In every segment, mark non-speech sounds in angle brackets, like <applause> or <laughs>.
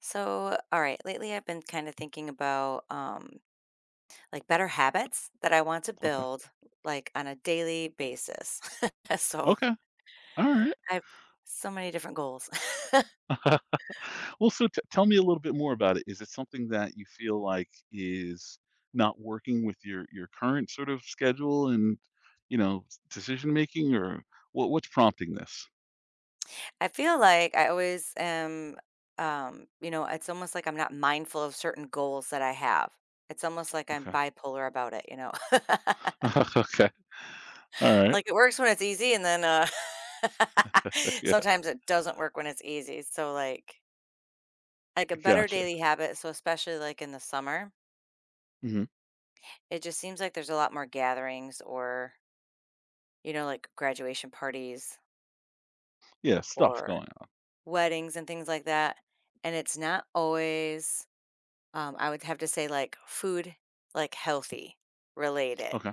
So, all right, lately I've been kind of thinking about like better habits that I want to Okay. build like on a daily basis. <laughs> So, Okay. All right. I've so many different goals. <laughs> well, so t- tell me a little bit more about it. Is it something that you feel like is not working with your current sort of schedule and decision making, or what's prompting this? <laughs> I feel like I always am you know, it's almost like I'm not mindful of certain goals that I have. It's almost like I'm Okay. bipolar about it, you know. <laughs> <laughs> okay. All right. Like it works when it's easy and then <laughs> <laughs> Yeah. sometimes it doesn't work when it's easy. So like a better Gotcha. daily habit, so especially like in the summer. hmm It just seems like there's a lot more gatherings or, you know, like graduation parties Yeah. Stuff or going on. weddings and things like that. And it's not always, I would have to say, like food, like healthy related. Okay.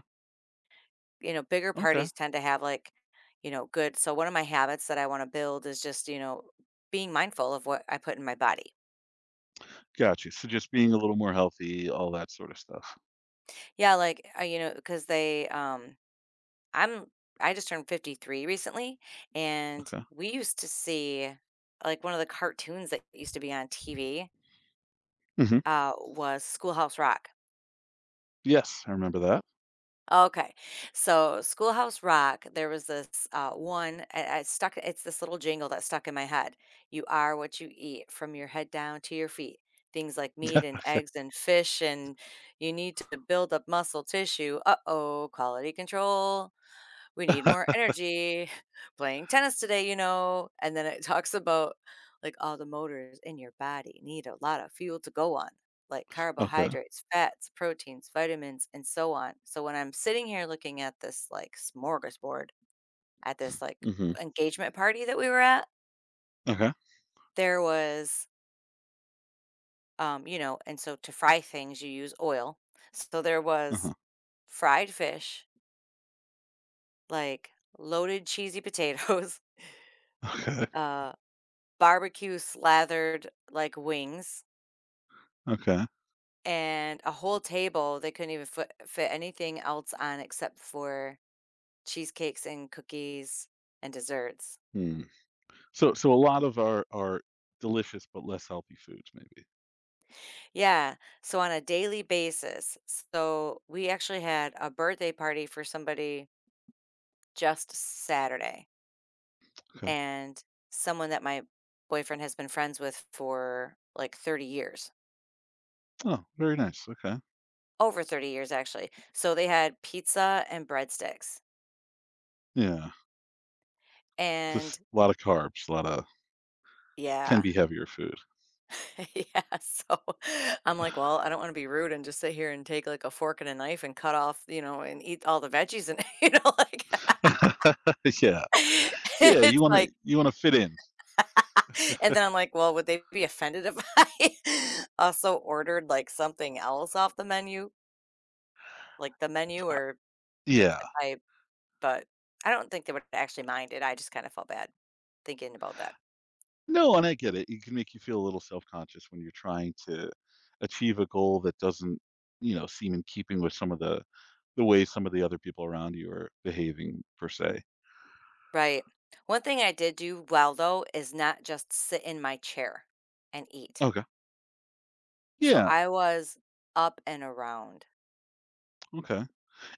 You know, bigger Okay. parties tend to have like, you know, good. So one of my habits that I want to build is just, you know, being mindful of what I put in my body. Gotcha. So just being a little more healthy, all that sort of stuff. Yeah, like, you know, because they, I'm I just turned 53 recently, and Okay. we used to see, like, one of the cartoons that used to be on TV, hmm was Schoolhouse Rock. Yes, I remember that. Okay, so Schoolhouse Rock, there was this, one I stuck it's this little jingle that stuck in my head. "You are what you eat, from your head down to your feet. Things like meat and eggs and fish, and you need to build up muscle tissue. Uh-oh, quality control." We need more <laughs> energy, <laughs> playing tennis today, you know? And then it talks about like all the motors in your body need a lot of fuel to go on, like okay. carbohydrates, fats, proteins, vitamins, and so on. So when I'm sitting here looking at this like smorgasbord at this like hmm engagement party that we were at, Okay. there was, you know, and so to fry things, you use oil. So there was uh fried fish, like loaded cheesy potatoes, Okay. <laughs> uh, barbecue slathered, like, wings Okay. and a whole table, they couldn't even fit anything else on except for cheesecakes and cookies and desserts. Mm. So a lot of our are delicious but less healthy foods maybe. Yeah, so on a daily basis so we actually had a birthday party for somebody just Saturday, Okay. and someone that my boyfriend has been friends with for, like, 30 years. Oh, very nice, okay. Over 30 years, actually. So they had pizza and breadsticks, Yeah. and Just a lot of carbs, a lot of can be yeah. heavier food. <laughs> Yeah, so <laughs> I'm like, "Well, I don't wanna be rude and just sit here and take, like, a fork and a knife and cut off, you know, and eat all the veggies," and, <laughs> you know, like, <laughs> Yeah. <laughs> Yeah, you it's wanna like you wanna fit in. and then I'm like, "Well, would they be offended if <laughs> I also ordered, like, something else off the menu?" Like, the menu Uh, or yeah. I but I don't think they would actually mind it, I just kinda felt bad thinking about that. No, and I get it. It can make you feel a little self-conscious when you're trying to achieve a goal that doesn't, seem in keeping with some of the way some of the other people around you are behaving per se. Right. One thing I did do well, though, is not just sit in my chair and eat. Okay. So Yeah, I was up and around, okay.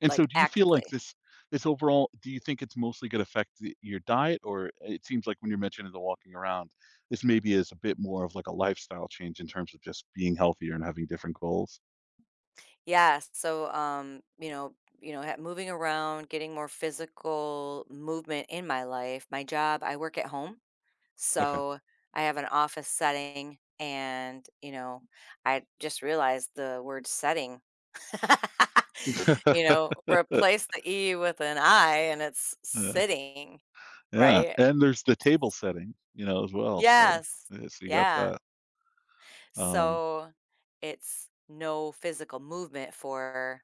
And so like, do you feel like actively. this overall do you think it's mostly gonna affect the your diet? Or it seems like when you're mentioning the walking around, this maybe is a bit more of like a lifestyle change in terms of just being healthier and having different goals? Yes, so, you know, ha moving around, getting more physical movement in my life. My job I work at home, Okay. so I have an office setting, and, you know, I just realized the word "setting." <laughs> You <laughs> know, replace the E with an I, and it's Yeah. sitting, Yeah, right? and there's the table setting, as well, so Yes. yeah, so you got Yeah. that. Um, So it's no physical movement for,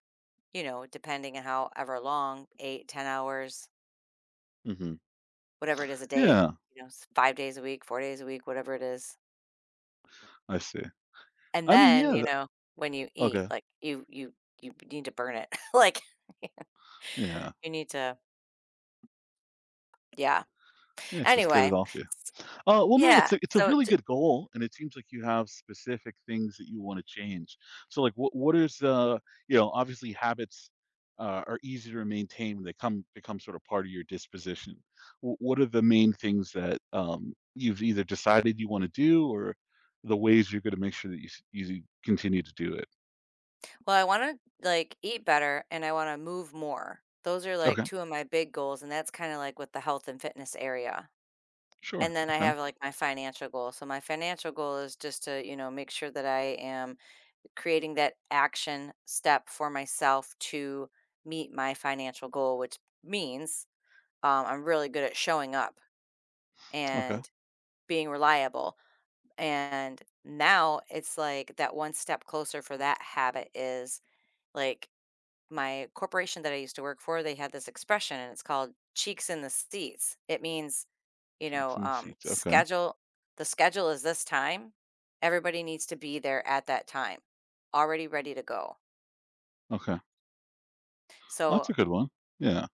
you know, depending on however long, 8, 10 hours, mhm. whatever it is a day, Yeah, you know, 5 days a week, 4 days a week, whatever it is. I see. And I mean, then, yeah, you th- know, when you eat, okay, like you need to burn it. <laughs> like yeah. <laughs> you need to, yeah. Yeah, just get it Anyway, off you. Well, no, yeah. It's a So, really good goal, and it seems like you have specific things that you want to change. So, like, what is obviously habits are easier to maintain when they come become sort of part of your disposition. What are the main things that you've either decided you want to do, or the ways you're going to make sure that you continue to do it? well, I want to like eat better and I want to move more. Those are like Okay, two of my big goals. And that's kind of like with the health and fitness area. And sure. then I Okay, have, like, my financial goal. So my financial goal is just to, you know, make sure that I am creating that action step for myself to meet my financial goal, which means, I'm really good at showing up okay. and being reliable. And now it's like that one step closer for that habit is, like, my corporation that I used to work for, they had this expression, and it's called "cheeks in the seats." It means you Cheeks know, in the seats. Okay, schedule the schedule is this time. Everybody needs to be there at that time, already ready to go. okay. Well, that's So a good one. Yeah,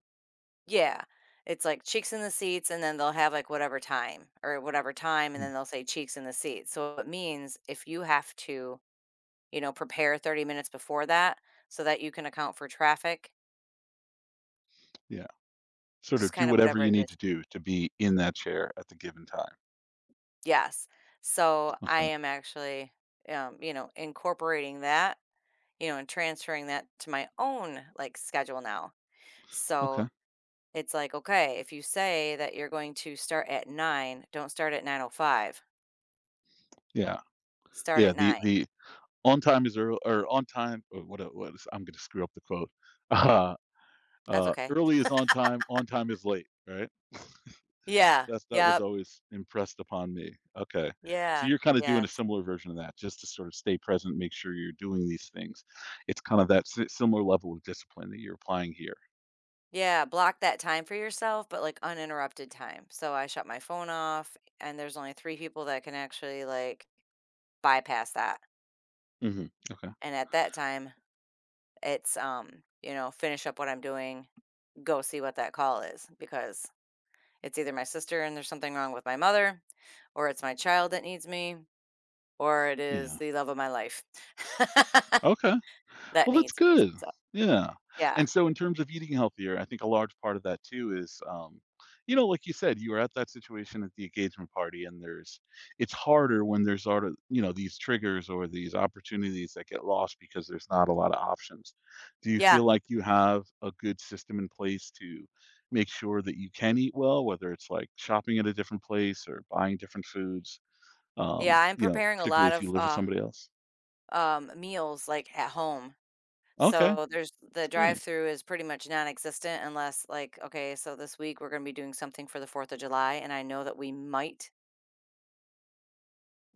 yeah, it's like cheeks in the seats, and then they'll have like whatever time or whatever time, and Mm, then they'll say cheeks in the seats. So it means if you have to, you know, prepare 30 minutes before that so that you can account for traffic, yeah. Sort just of do kind of whatever whatever you it need is. to do to be in that chair at the given time. Yes. So I Okay. am actually, you know, incorporating that you know, and transferring that to my own like schedule now. So Okay. it's like, okay, if you say that you're going to start at 9, don't start at 9:05. Yeah. Start Yeah. at The nine. the on time is early or on time. Or what? What is? I'm going to screw up the quote. <laughs> Uh, That's okay. early is on time. On time is late. Right. Yeah. That was Yep. always impressed upon me. Okay. So Yeah. you're kind of doing a Yes. similar version of that, just to sort of stay present, make sure you're doing these things. It's kind of that similar level of discipline that you're applying here. Yeah. Block that time for yourself, but like uninterrupted time. So I shut my phone off and there's only three people that can actually like bypass that. hmm Okay. And at that time, it's you know, finish up what I'm doing, go see what that call is because it's either my sister and there's something wrong with my mother, or it's my child that needs me, or it is Yeah. the love of my life <laughs> Okay. that Well, that's needs me. good. So, Yeah. yeah. And so in terms of eating healthier, I think a large part of that too is, like you said, you were at that situation at the engagement party and there's, it's harder when there's sort of, these triggers or these opportunities that get lost because there's not a lot of options. Do you Yeah. feel like you have a good system in place to make sure that you can eat well, whether it's like shopping at a different place or buying different foods, Yeah, I'm preparing a particularly lot if you of, live with somebody else? Meals, like, at home. Okay. So there's the That's great. drive-through is pretty much non-existent unless, like, okay, so this week we're gonna be doing something for the 4th of July, and I know that we might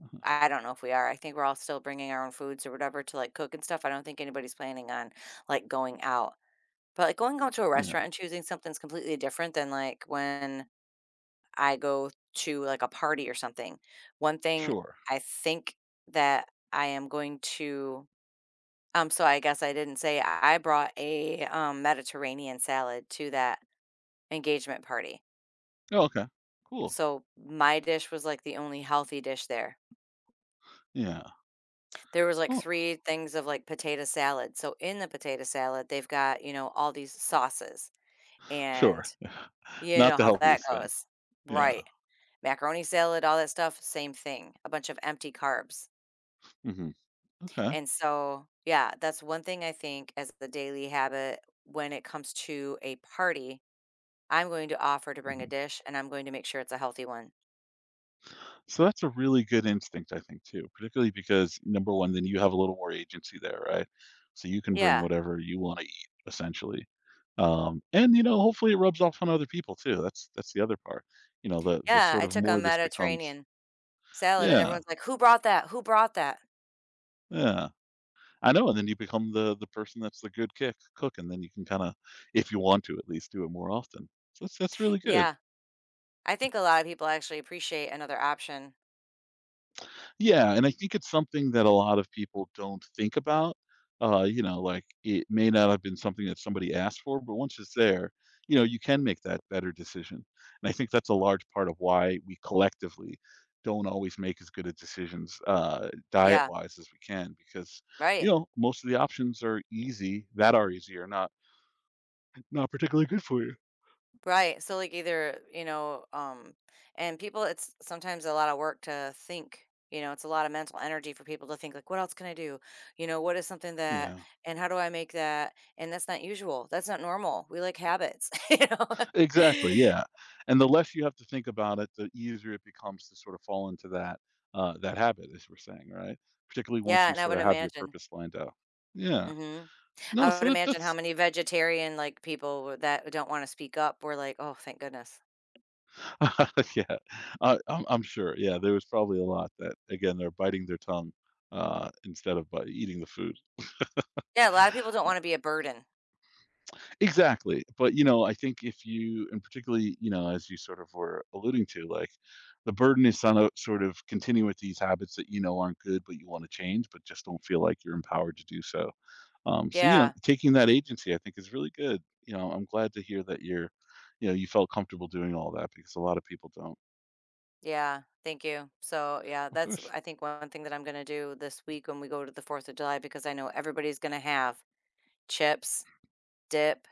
Uh-huh. I don't know if we are. I think we're all still bringing our own foods or whatever to, like, cook and stuff. I don't think anybody's planning on, like, going out. But, like, going out to a Yeah. restaurant and choosing something's completely different than, like, when I go to, like, a party or something. One thing Sure. I think that I am going to so I guess I didn't say I brought a, Mediterranean salad to that engagement party. Oh, okay. Cool. So, my dish was, like, the only healthy dish there. Yeah. There was, like, Oh, three things of, like, potato salad. So, in the potato salad, they've got, you know, all these sauces, and sure. <laughs> you Not know the how that healthiest thing. goes. Yeah. Right. Macaroni salad, all that stuff, same thing, a bunch of empty carbs. hmm Okay. And so, yeah, that's one thing I think as the daily habit when it comes to a party, I'm going to offer to bring a Mhm. dish and I'm going to make sure it's a healthy one. So that's a really good instinct, I think, too, particularly because number one, then you have a little more agency there, right? So you can bring Yeah. whatever you want to eat, essentially. And hopefully it rubs off on other people too. That's the other part. The Yeah, sort I of took a more this becomes. Mediterranean salad and Yeah, everyone's like, "Who brought that? Who brought that?" yeah. I know. And then you become the person that's the good kick cook, and then you can kind of, if you want to, at least do it more often. So that's really good. Yeah. I think a lot of people actually appreciate another option. Yeah, and I think it's something that a lot of people don't think about. Like it may not have been something that somebody asked for, but once it's there, you can make that better decision. And I think that's a large part of why we collectively don't always make as good of decisions Yeah, diet-wise as we can, because right. Most of the options are easy that are easy or not particularly good for you. Right. So like either, you know, and people it's sometimes a lot of work to think, you know, it's a lot of mental energy for people to think like what else can I do? You know, what is something that Yeah. and how do I make that? And that's not usual. That's not normal. We like habits, <laughs> you Exactly, know. yeah, <laughs> and the less you have to think about it, the easier it becomes to sort of fall into that, that habit, as we're saying, right? Particularly once Yeah, you and I sort would of have your imagine. purpose lined out. Yeah. Mhm. No, I so would that imagine how that's many vegetarian like people would- that don't want to speak up were like, "Oh, thank goodness." <laughs> yeah, I'm sure, yeah, there was probably a lot that, again, they're biting their tongue, instead of by eating the food. Yeah, a lot of people don't want to be a burden. Exactly, but, I think if you and particularly, as you sort of were alluding to, like, the burden is on a sort of continue with these habits that you know aren't good, but you wanna change, but just don't feel like you're empowered to do so. So, Yeah. taking that agency, I think, is really good. You know, I'm glad to hear that you're you felt comfortable doing all that because a lot of people don't. Yeah, thank you. So, yeah, Of that's course. I think one thing that I'm going to do this week when we go to the 4th of July because I know everybody's going to have chips, dip.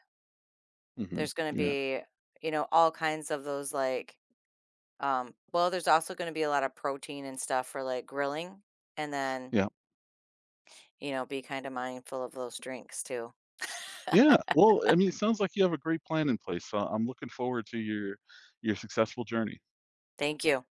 Mhm. There's going to Yeah. be, you know, all kinds of those like well, there's also going to be a lot of protein and stuff for like grilling and then, Yeah. you know, be kind of mindful of those drinks too. Yeah. Well, I mean, it sounds like you have a great plan in place, so I'm looking forward to your successful journey. Thank you.